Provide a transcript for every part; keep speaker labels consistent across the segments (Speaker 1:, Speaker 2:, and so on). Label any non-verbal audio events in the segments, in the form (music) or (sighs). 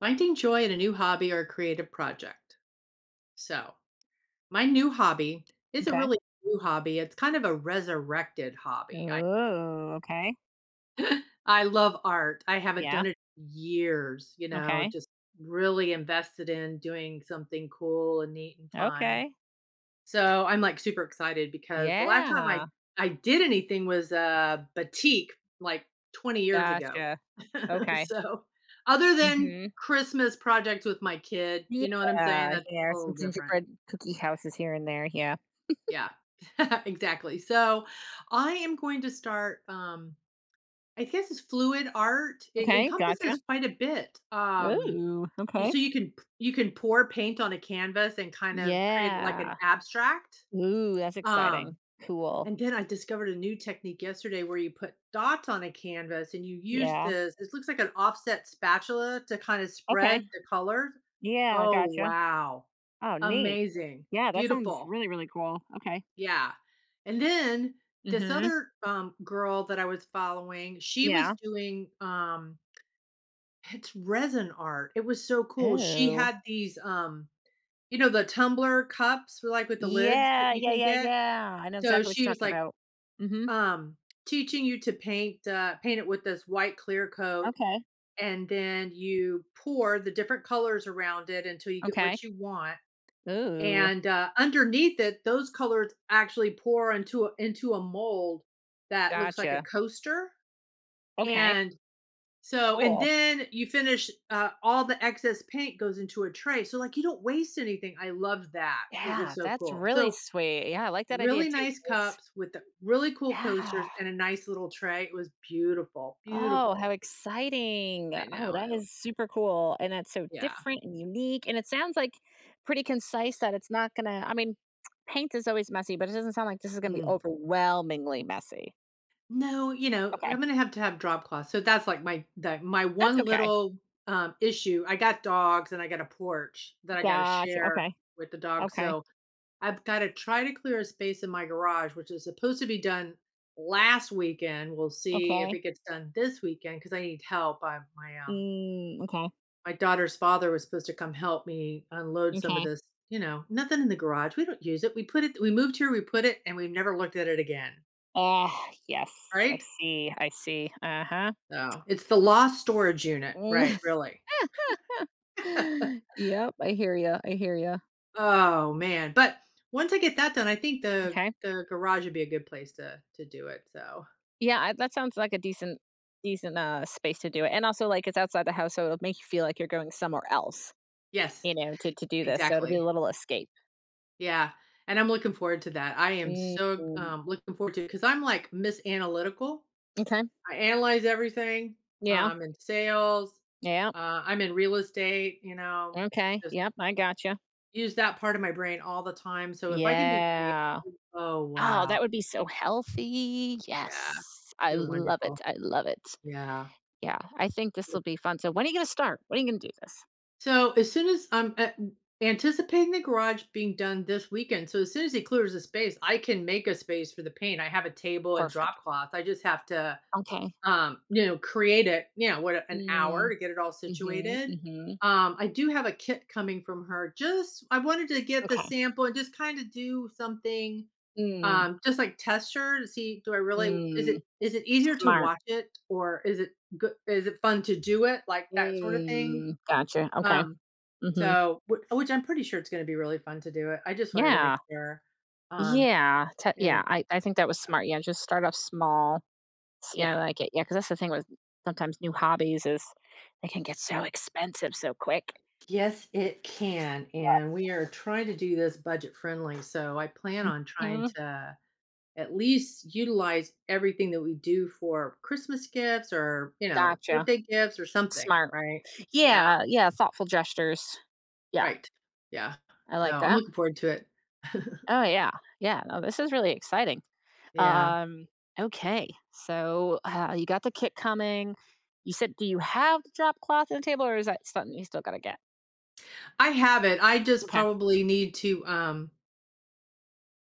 Speaker 1: Finding joy in a new hobby or a creative project. So, my new hobby is a
Speaker 2: Okay.
Speaker 1: really new hobby. It's kind of a resurrected hobby. I
Speaker 2: Oh, okay.
Speaker 1: (laughs) I love art. I haven't
Speaker 2: Yeah.
Speaker 1: done it in years, you know,
Speaker 2: Okay.
Speaker 1: just really invested in doing something cool and neat and fun.
Speaker 2: Okay.
Speaker 1: So, I'm, like, super excited because the last time
Speaker 2: Yeah.
Speaker 1: I did anything was, batik, like, 20 years ago.
Speaker 2: Gotcha.
Speaker 1: (laughs)
Speaker 2: Okay.
Speaker 1: So, other than
Speaker 2: Mhm.
Speaker 1: Christmas projects with my kid, you know what I'm saying?
Speaker 2: Yeah.
Speaker 1: That's
Speaker 2: Yeah.
Speaker 1: a little
Speaker 2: Some
Speaker 1: different.
Speaker 2: gingerbread cookie houses here and there. Yeah.
Speaker 1: Yeah. (laughs) Exactly. So, I am going to start, I guess it's fluid art. It
Speaker 2: Okay. Gotcha.
Speaker 1: encompasses quite a bit.
Speaker 2: Ooh.
Speaker 1: You
Speaker 2: Okay.
Speaker 1: so you can pour paint on a canvas and kind of create, like, an
Speaker 2: Yeah.
Speaker 1: abstract.
Speaker 2: Ooh, that's
Speaker 1: Um
Speaker 2: exciting. Cool.
Speaker 1: And then I discovered a new technique yesterday where you put dots on a canvas and you use
Speaker 2: Yeah.
Speaker 1: this it looks like an offset spatula to kind of
Speaker 2: Okay.
Speaker 1: spread the colors.
Speaker 2: Yeah.
Speaker 1: Oh,
Speaker 2: Gotcha.
Speaker 1: wow.
Speaker 2: Oh, neat.
Speaker 1: Amazing.
Speaker 2: Yeah. That sounds
Speaker 1: Beautiful.
Speaker 2: really, really cool. Okay.
Speaker 1: Yeah. And then this
Speaker 2: Mhm.
Speaker 1: other girl that I was following, she was
Speaker 2: Yeah.
Speaker 1: doing it's resin art. It was so cool. She
Speaker 2: Oh.
Speaker 1: had these, you know, the tumbler cups, like with the lids that
Speaker 2: Yeah.
Speaker 1: you
Speaker 2: Yeah.
Speaker 1: can
Speaker 2: Yeah.
Speaker 1: get.
Speaker 2: Yeah. I know
Speaker 1: So
Speaker 2: exactly what
Speaker 1: she
Speaker 2: you're
Speaker 1: was
Speaker 2: talking
Speaker 1: like
Speaker 2: about. Mhm.
Speaker 1: Um, teaching you to paint, paint it with this white clear coat,
Speaker 2: Okay.
Speaker 1: and then you pour the different colors around it until you get
Speaker 2: Okay.
Speaker 1: what you want.
Speaker 2: Ooh,
Speaker 1: And underneath it, those colors actually pour into into a mold that looks like a
Speaker 2: gotcha.
Speaker 1: coaster.
Speaker 2: Okay,
Speaker 1: And so, and
Speaker 2: cool.
Speaker 1: then you finish. All the excess paint goes into a tray, so like you don't waste anything. I loved that; it was
Speaker 2: Yeah,
Speaker 1: so
Speaker 2: that's
Speaker 1: cool.
Speaker 2: really
Speaker 1: So
Speaker 2: sweet. Yeah, I like that idea
Speaker 1: really
Speaker 2: too.
Speaker 1: nice
Speaker 2: 'Cause-
Speaker 1: cups with the really cool
Speaker 2: Yeah.
Speaker 1: coasters and a nice little tray. It was beautiful,
Speaker 2: Oh, how
Speaker 1: beautiful.
Speaker 2: exciting.
Speaker 1: I
Speaker 2: Oh,
Speaker 1: know,
Speaker 2: that
Speaker 1: I l
Speaker 2: is super cool. And that's so
Speaker 1: yeah.
Speaker 2: different and unique. And it sounds like pretty concise that it's not going to, paint is always messy, but it doesn't sound like this is going to be
Speaker 1: Mm.
Speaker 2: overwhelmingly messy.
Speaker 1: No, you know,
Speaker 2: Okay.
Speaker 1: I'm gonna have to have drop cloths, so that's, like, my
Speaker 2: That's
Speaker 1: one
Speaker 2: okay.
Speaker 1: little, issue. I got dogs and I got a porch that I gotta
Speaker 2: Gotcha.
Speaker 1: share
Speaker 2: Okay.
Speaker 1: with the dog,
Speaker 2: Okay.
Speaker 1: so I've gotta try to clear a space in my garage, which is supposed to be done last weekend. We'll see if
Speaker 2: Okay.
Speaker 1: it gets done this weekend because I need help.
Speaker 2: Mm, okay.
Speaker 1: My daughter's father was supposed to come help me unload some of
Speaker 2: Okay.
Speaker 1: this, you know, nothing in the garage. We don't use it. We moved here, we put it, and we've never looked at it again,
Speaker 2: Ah, yes. I
Speaker 1: right?
Speaker 2: see, I see. Uh-huh.
Speaker 1: So, it's the lost storage unit,
Speaker 2: Mm.
Speaker 1: right, really. (laughs)
Speaker 2: (laughs) Yep, I hear you. I hear you.
Speaker 1: Oh, man, but once I get that done, I think the
Speaker 2: Okay.
Speaker 1: the garage would be a good place to do it, so
Speaker 2: Yeah, I that sounds like a decent decent space to do it, and also, like, it's outside the house, so it'll make you feel like you're going somewhere else,
Speaker 1: yes,
Speaker 2: to do this, so it'll be a
Speaker 1: exactly.
Speaker 2: little escape.
Speaker 1: Yeah, and I'm looking forward to that. I am
Speaker 2: Mm.
Speaker 1: so, looking forward to it because 'cause I'm, like, Miss Analytical.
Speaker 2: Okay.
Speaker 1: I analyze everything.
Speaker 2: Yeah,
Speaker 1: In sales,
Speaker 2: yeah,
Speaker 1: I'm in real estate. You know,
Speaker 2: okay,
Speaker 1: just
Speaker 2: yep, I gotcha.
Speaker 1: use that part of my brain all the time. So if I can be creative,
Speaker 2: Yeah.
Speaker 1: oh
Speaker 2: Oh,
Speaker 1: wow,
Speaker 2: that would be so healthy.
Speaker 1: yeah,
Speaker 2: Yes. I
Speaker 1: be
Speaker 2: love
Speaker 1: wonderful.
Speaker 2: it, I love it.
Speaker 1: Yeah.
Speaker 2: Yeah, I think this will be fun. So when are you gonna start? When are you gonna do this?
Speaker 1: So as soon as I'm anticipating the garage being done this weekend, so as soon as he clears the space, I can make a space for the paint. I have a table and
Speaker 2: Perfect.
Speaker 1: drop cloth. I just have to
Speaker 2: Okay.
Speaker 1: You know, create it, you know, what an hour
Speaker 2: Mm,
Speaker 1: to get it all
Speaker 2: mhm,
Speaker 1: situated.
Speaker 2: mhm.
Speaker 1: I do have a kit coming from her. Just I wanted to get the
Speaker 2: Okay.
Speaker 1: sample and just kind of do something,
Speaker 2: Mm,
Speaker 1: just like test her to see do I really
Speaker 2: mm,
Speaker 1: is it easier to
Speaker 2: smart.
Speaker 1: watch it or is it fun to do it like that sort of thing.
Speaker 2: Mm, gotcha. Okay.
Speaker 1: Um,
Speaker 2: Mhm.
Speaker 1: so which I'm pretty sure it's going to be really fun to do it. I just wanted to make
Speaker 2: Yeah.
Speaker 1: sure. Um,
Speaker 2: Yeah. Te
Speaker 1: and
Speaker 2: yeah,
Speaker 1: it-
Speaker 2: I think that was smart. Yeah, just start off small. See, I
Speaker 1: yeah,
Speaker 2: like it. Yeah, because that's the thing with sometimes new hobbies is they can get so expensive so quick.
Speaker 1: yes, it can. And we are trying to do this budget friendly. So I plan on trying
Speaker 2: Mhm.
Speaker 1: to at least utilize everything that we do for Christmas gifts or, you know,
Speaker 2: Gotcha.
Speaker 1: birthday gifts or something,
Speaker 2: Smart.
Speaker 1: right? Yeah,
Speaker 2: Yeah, yeah, thoughtful gestures. Yeah,
Speaker 1: right. Yeah.
Speaker 2: I
Speaker 1: So
Speaker 2: like
Speaker 1: I'm
Speaker 2: that.
Speaker 1: looking forward to it. (laughs)
Speaker 2: Oh, yeah. Yeah, no, this is really exciting.
Speaker 1: Yeah.
Speaker 2: Um, okay. So, you got the kit coming. You said do you have the drop cloth on the table, or is that something you still gotta get?
Speaker 1: I have it. I just
Speaker 2: Okay.
Speaker 1: probably need to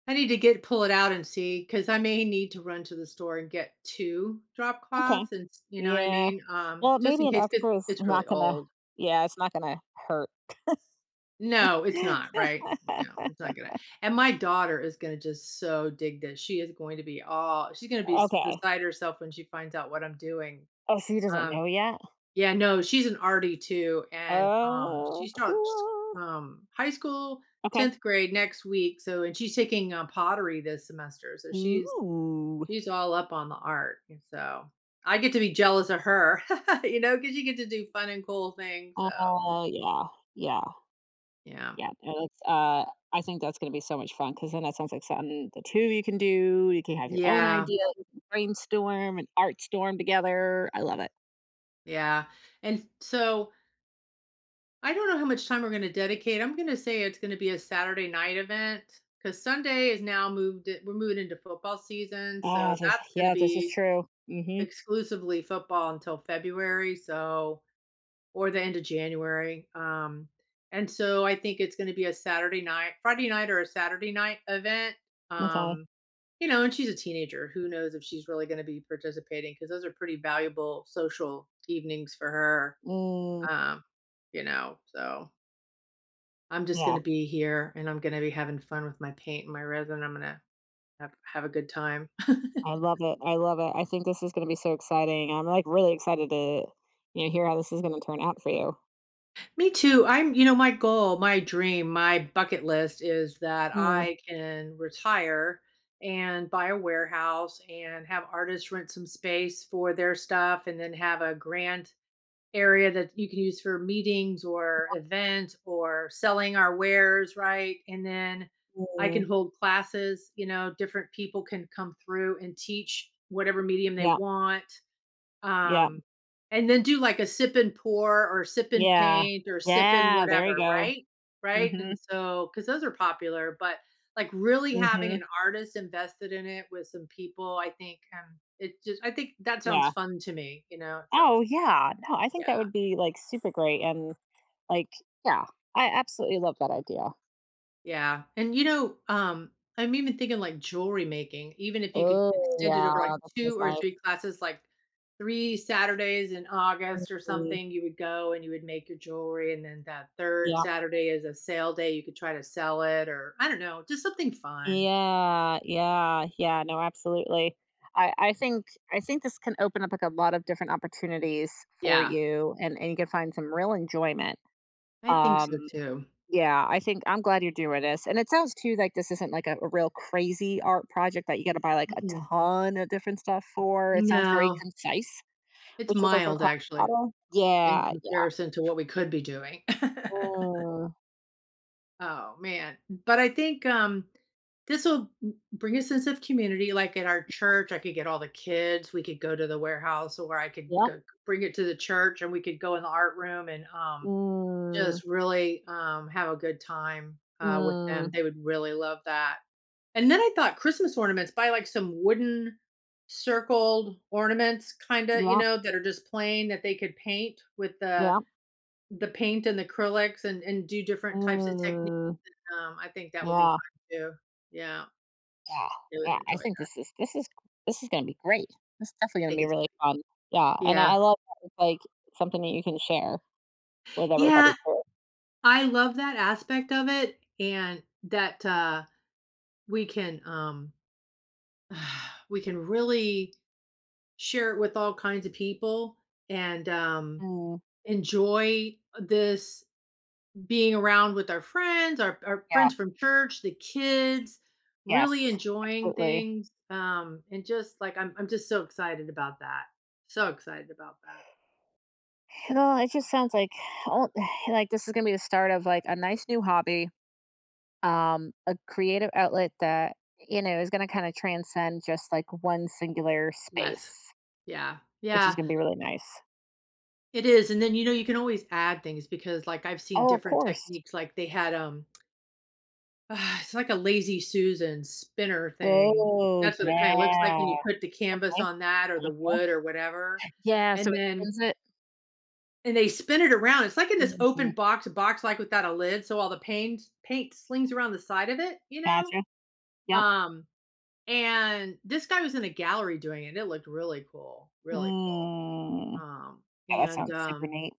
Speaker 1: I need to get pull it out and see cuz I may need to run to the store and get two drop
Speaker 2: Okay.
Speaker 1: cloths and you know what I
Speaker 2: Yeah.
Speaker 1: mean?
Speaker 2: Well,
Speaker 1: Just
Speaker 2: maybe
Speaker 1: in
Speaker 2: an
Speaker 1: case cuz
Speaker 2: extra is
Speaker 1: it's
Speaker 2: not
Speaker 1: really
Speaker 2: gonna
Speaker 1: old.
Speaker 2: yeah, it's not gonna hurt.
Speaker 1: No, it's not, right? No, it's
Speaker 2: (laughs)
Speaker 1: not gonna and my daughter is gonna just so dig this. She is going to be all she's gonna be s
Speaker 2: Okay.
Speaker 1: beside herself when she finds out what I'm doing.
Speaker 2: Oh, so he doesn't
Speaker 1: Um,
Speaker 2: know yet?
Speaker 1: yeah, no, she's an arty too, and, she
Speaker 2: Oh,
Speaker 1: starts,
Speaker 2: cool.
Speaker 1: high school,
Speaker 2: Okay.
Speaker 1: 10th grade next week, so and she's taking, pottery this semester, so
Speaker 2: Ooh.
Speaker 1: she's all up on the art, and so I get to be jealous of her, (laughs) you know, because you get to do fun and cool things, so,
Speaker 2: Oh, yeah. Yeah.
Speaker 1: yeah.
Speaker 2: Yeah, no, that's, I think that's gonna be so much fun because then that sounds like something the 2 of you can do, you can have your own
Speaker 1: Yeah.
Speaker 2: idea, you can brainstorm and art storm together, I love it.
Speaker 1: Yeah. And so I don't know how much time we're going to dedicate. I'm going to say it's going to be a Saturday night event because Sunday is now moved. We're moving into football season.
Speaker 2: Ah,
Speaker 1: So
Speaker 2: this
Speaker 1: that's going to
Speaker 2: yeah, this is
Speaker 1: be
Speaker 2: true. Mhm,
Speaker 1: exclusively football until February. So, or the end of January. And so I think it's going to be a Saturday night, Friday night or a Saturday night event.
Speaker 2: okay.
Speaker 1: Um, you know, and she's a teenager. Who knows if she's really going to be participating because those are pretty valuable social evenings for her
Speaker 2: Mm,
Speaker 1: um, you know, so I'm just
Speaker 2: yeah,
Speaker 1: gonna be here and I'm gonna be having fun with my paint and my resin. I'm gonna have a good time. (laughs)
Speaker 2: I love it, I love it, I think this is gonna be so exciting, I'm, like, really excited to, hear how this is gonna turn out for you.
Speaker 1: Me too. I'm, you know, my goal, my dream, my bucket list is that
Speaker 2: Mm,
Speaker 1: I can retire and buy a warehouse and have artists rent some space for their stuff and then have a grand area that you can use for meetings or event or selling our wares, right? And then I can
Speaker 2: mm,
Speaker 1: hold classes, you know, different people can come through and teach whatever medium they
Speaker 2: yeah,
Speaker 1: want.
Speaker 2: yeah,
Speaker 1: Um, and then do like a sip and pour or sip and
Speaker 2: yeah,
Speaker 1: paint or sip and
Speaker 2: yeah, there you
Speaker 1: whatever,
Speaker 2: go.
Speaker 1: right? Right.
Speaker 2: Mhm,
Speaker 1: And so, because those are popular, but like really having
Speaker 2: mhm,
Speaker 1: an artist invested in it with some people, I think it just, I think that sounds
Speaker 2: yeah.
Speaker 1: fun to me. You know, it
Speaker 2: Oh,
Speaker 1: sounds,
Speaker 2: yeah. No, I think
Speaker 1: yeah.
Speaker 2: that would be, like, super great and, like yeah, I absolutely love that idea.
Speaker 1: Yeah, and you know, I'm even thinking like jewelry making, even if you could
Speaker 2: Oh,
Speaker 1: extend it
Speaker 2: yeah,
Speaker 1: over like
Speaker 2: that was
Speaker 1: 2 or
Speaker 2: nice.
Speaker 1: 3 classes, like 3 Saturdays in August or
Speaker 2: Mm,
Speaker 1: something, you would go and you would make your jewelry, and then that 3rd
Speaker 2: yeah.
Speaker 1: Saturday is a sale day, you could try to sell it or I don't know, just something fun.
Speaker 2: Yeah, yeah, yeah, no, absolutely. I think I think this can open up, like, a lot of different opportunities for
Speaker 1: Yeah.
Speaker 2: you, and you can find some real enjoyment.
Speaker 1: I think so
Speaker 2: Um,
Speaker 1: too.
Speaker 2: yeah, I think I'm glad you're doing this, and it sounds too like this isn't, like, a real crazy art project that you gotta buy, like, a
Speaker 1: Mm-mm.
Speaker 2: ton of different stuff for. It sounds very
Speaker 1: No,
Speaker 2: concise.
Speaker 1: it's
Speaker 2: Which is, I think,
Speaker 1: mild
Speaker 2: hot
Speaker 1: actually
Speaker 2: water?
Speaker 1: in
Speaker 2: Yeah, yeah.
Speaker 1: comparison to what we could be doing. (laughs)
Speaker 2: Mm,
Speaker 1: Oh, man. But I think, this will bring a sense of community. Like at our church, I could get all the kids. We could go to the warehouse, or I could
Speaker 2: yeah,
Speaker 1: go, bring it to the church, and we could go in the art room and
Speaker 2: Mm,
Speaker 1: just really have a good time with them.
Speaker 2: mm,
Speaker 1: They would really love that. And then I thought Christmas ornaments, buy like some wooden circled ornaments, kind of, you
Speaker 2: yep,
Speaker 1: know, that are just plain that they could paint with the
Speaker 2: yep.
Speaker 1: the paint and the acrylics and do different types of techniques.
Speaker 2: Mm,
Speaker 1: I think that would be
Speaker 2: yeah,
Speaker 1: fun too. Yeah,
Speaker 2: yeah, Mm,
Speaker 1: they would
Speaker 2: yeah, I
Speaker 1: enjoy
Speaker 2: think
Speaker 1: that.
Speaker 2: this is this is this is gonna be great. This is
Speaker 1: I
Speaker 2: definitely gonna
Speaker 1: think
Speaker 2: be
Speaker 1: it's
Speaker 2: really fun. Yeah, and I
Speaker 1: yeah.
Speaker 2: I love that it's, like, something that you can share with everybody
Speaker 1: Yeah,
Speaker 2: too.
Speaker 1: I love that aspect of it and that, we can, (sighs) we can really share it with all kinds of people and,
Speaker 2: Mm,
Speaker 1: enjoy this being around with our friends, our
Speaker 2: yeah,
Speaker 1: friends from church, the kids,
Speaker 2: yes,
Speaker 1: really enjoying
Speaker 2: absolutely. (sighs)
Speaker 1: things, and just, like, I'm just so excited about that. So excited about that.
Speaker 2: You know, it just sounds like, oh, (sighs) like, this is gonna be the start of, like, a nice new hobby a creative outlet that, you know, is gonna kinda transcend just like one singular
Speaker 1: Yes.
Speaker 2: space,
Speaker 1: Yeah.
Speaker 2: which is
Speaker 1: Yeah,
Speaker 2: gonna be really nice.
Speaker 1: it is, and then, you know, you can always add things because, like, I've seen
Speaker 2: Oh, of
Speaker 1: different
Speaker 2: course.
Speaker 1: techniques, like, they had, (sighs) it's like a lazy Susan spinner thing.
Speaker 2: Oh,
Speaker 1: That's what it kinda looks like, and
Speaker 2: yeah.
Speaker 1: you put the canvas
Speaker 2: Okay.
Speaker 1: on that or the
Speaker 2: Mm.
Speaker 1: wood or whatever,
Speaker 2: Yeah, so
Speaker 1: and
Speaker 2: it
Speaker 1: then
Speaker 2: spins it.
Speaker 1: and they spin it around. It's like in this
Speaker 2: Mhm.
Speaker 1: open box, a box, like, without a lid, so all the paint slings around the side of it, you know?
Speaker 2: Gotcha. Yep.
Speaker 1: Um, and this guy was in a gallery doing it. It looked really cool, really cool.
Speaker 2: Mm.
Speaker 1: Um,
Speaker 2: Yeah, that
Speaker 1: and,
Speaker 2: sounds super
Speaker 1: um
Speaker 2: neat.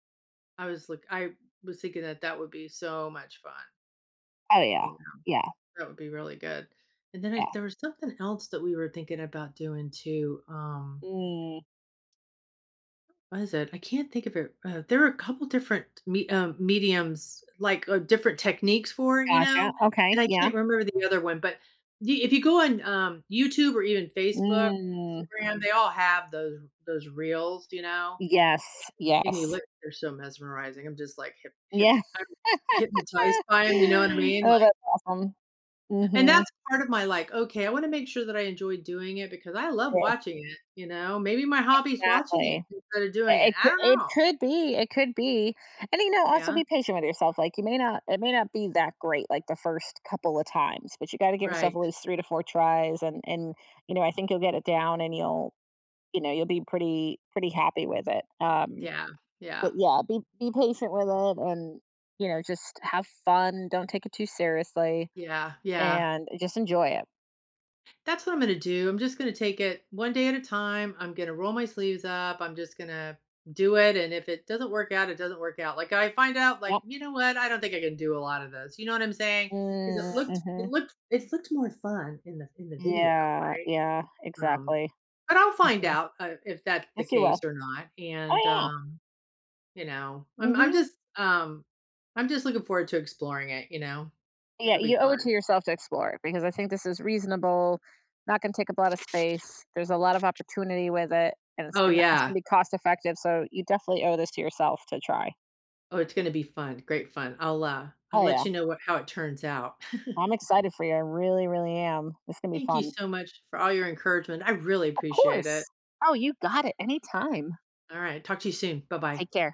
Speaker 1: I was thinking that that would be so much fun,
Speaker 2: Oh, yeah.
Speaker 1: you know,
Speaker 2: Yeah,
Speaker 1: that would be really good. And then
Speaker 2: yeah.
Speaker 1: I there was something else that we were thinking about doing too,
Speaker 2: Mm.
Speaker 1: what is it? I can't think of it, there were a couple different me mediums, like, different techniques for it, you
Speaker 2: Gotcha.
Speaker 1: know,
Speaker 2: Okay,
Speaker 1: and I
Speaker 2: yeah.
Speaker 1: can't remember the other one, but y if you go on, YouTube or even Facebook,
Speaker 2: Mm.
Speaker 1: Instagram, they all have those reels, you know?
Speaker 2: Yes,
Speaker 1: Kenny
Speaker 2: yes.
Speaker 1: Lick, they're so mesmerizing. I'm just like hip hip
Speaker 2: Yeah.
Speaker 1: I'm hypnotized
Speaker 2: (laughs)
Speaker 1: by 'em, you know what I mean?
Speaker 2: Oh,
Speaker 1: Like
Speaker 2: that's awesome.
Speaker 1: and
Speaker 2: Mhm.
Speaker 1: that's part of my like, okay, I wanna make sure that I enjoy doing it because I love watching it, you know? Maybe my hobby's watching it
Speaker 2: Exactly.
Speaker 1: instead of
Speaker 2: It
Speaker 1: doing it.
Speaker 2: it
Speaker 1: I
Speaker 2: cou
Speaker 1: don't know.
Speaker 2: it could be, and, you know, also
Speaker 1: Yeah.
Speaker 2: be patient with yourself, like, you may not it may not be that great, like, the first couple of times, but you gotta give yourself
Speaker 1: Right.
Speaker 2: at least 3 to 4 tries, and, you know, I think you'll get it down and you know, you'll be pretty pretty happy with it,
Speaker 1: Yeah.
Speaker 2: but,
Speaker 1: Yeah.
Speaker 2: yeah, be patient with it and, you know, just have fun, don't take it too seriously,
Speaker 1: Yeah. Yeah.
Speaker 2: and just enjoy it.
Speaker 1: That's what I'm gonna do. I'm just gonna take it one day at a time. I'm gonna roll my sleeves up. I'm just gonna do it. And if it doesn't work out, it doesn't work out. Like I find out, like,
Speaker 2: Yep.
Speaker 1: you know what? I don't think I can do a lot of this. You know what I'm saying? Because
Speaker 2: Mm,
Speaker 1: it looked it
Speaker 2: mhm.
Speaker 1: looked it looked more fun in the video,
Speaker 2: Yeah,
Speaker 1: right?
Speaker 2: yeah,
Speaker 1: Um,
Speaker 2: exactly.
Speaker 1: but I'll find
Speaker 2: Mhm.
Speaker 1: out if that's the
Speaker 2: Yes, you will.
Speaker 1: case or not. And
Speaker 2: Oh, yeah.
Speaker 1: you know, I'm
Speaker 2: Mhm.
Speaker 1: just I'm just looking forward to exploring it, you know.
Speaker 2: Yeah,
Speaker 1: It'll be
Speaker 2: you owe
Speaker 1: fun.
Speaker 2: it to yourself to explore it because I think this is reasonable, not gonna take up a lot of space, there's a lot of opportunity with it, and
Speaker 1: Oh
Speaker 2: it's gonna
Speaker 1: yeah.
Speaker 2: be cost effective, so you definitely owe this to yourself to try.
Speaker 1: Oh, it's gonna be fun, great fun. I'll
Speaker 2: Oh,
Speaker 1: let
Speaker 2: yeah.
Speaker 1: you know what how it turns out. (laughs)
Speaker 2: I'm excited for you, I really, really am. It's gonna be
Speaker 1: Thank you
Speaker 2: fun.
Speaker 1: so much for all your encouragement. I really
Speaker 2: Of
Speaker 1: appreciate it.
Speaker 2: course. Oh, you got it anytime.
Speaker 1: All right, talk to you soon. Bye-bye.
Speaker 2: Take care.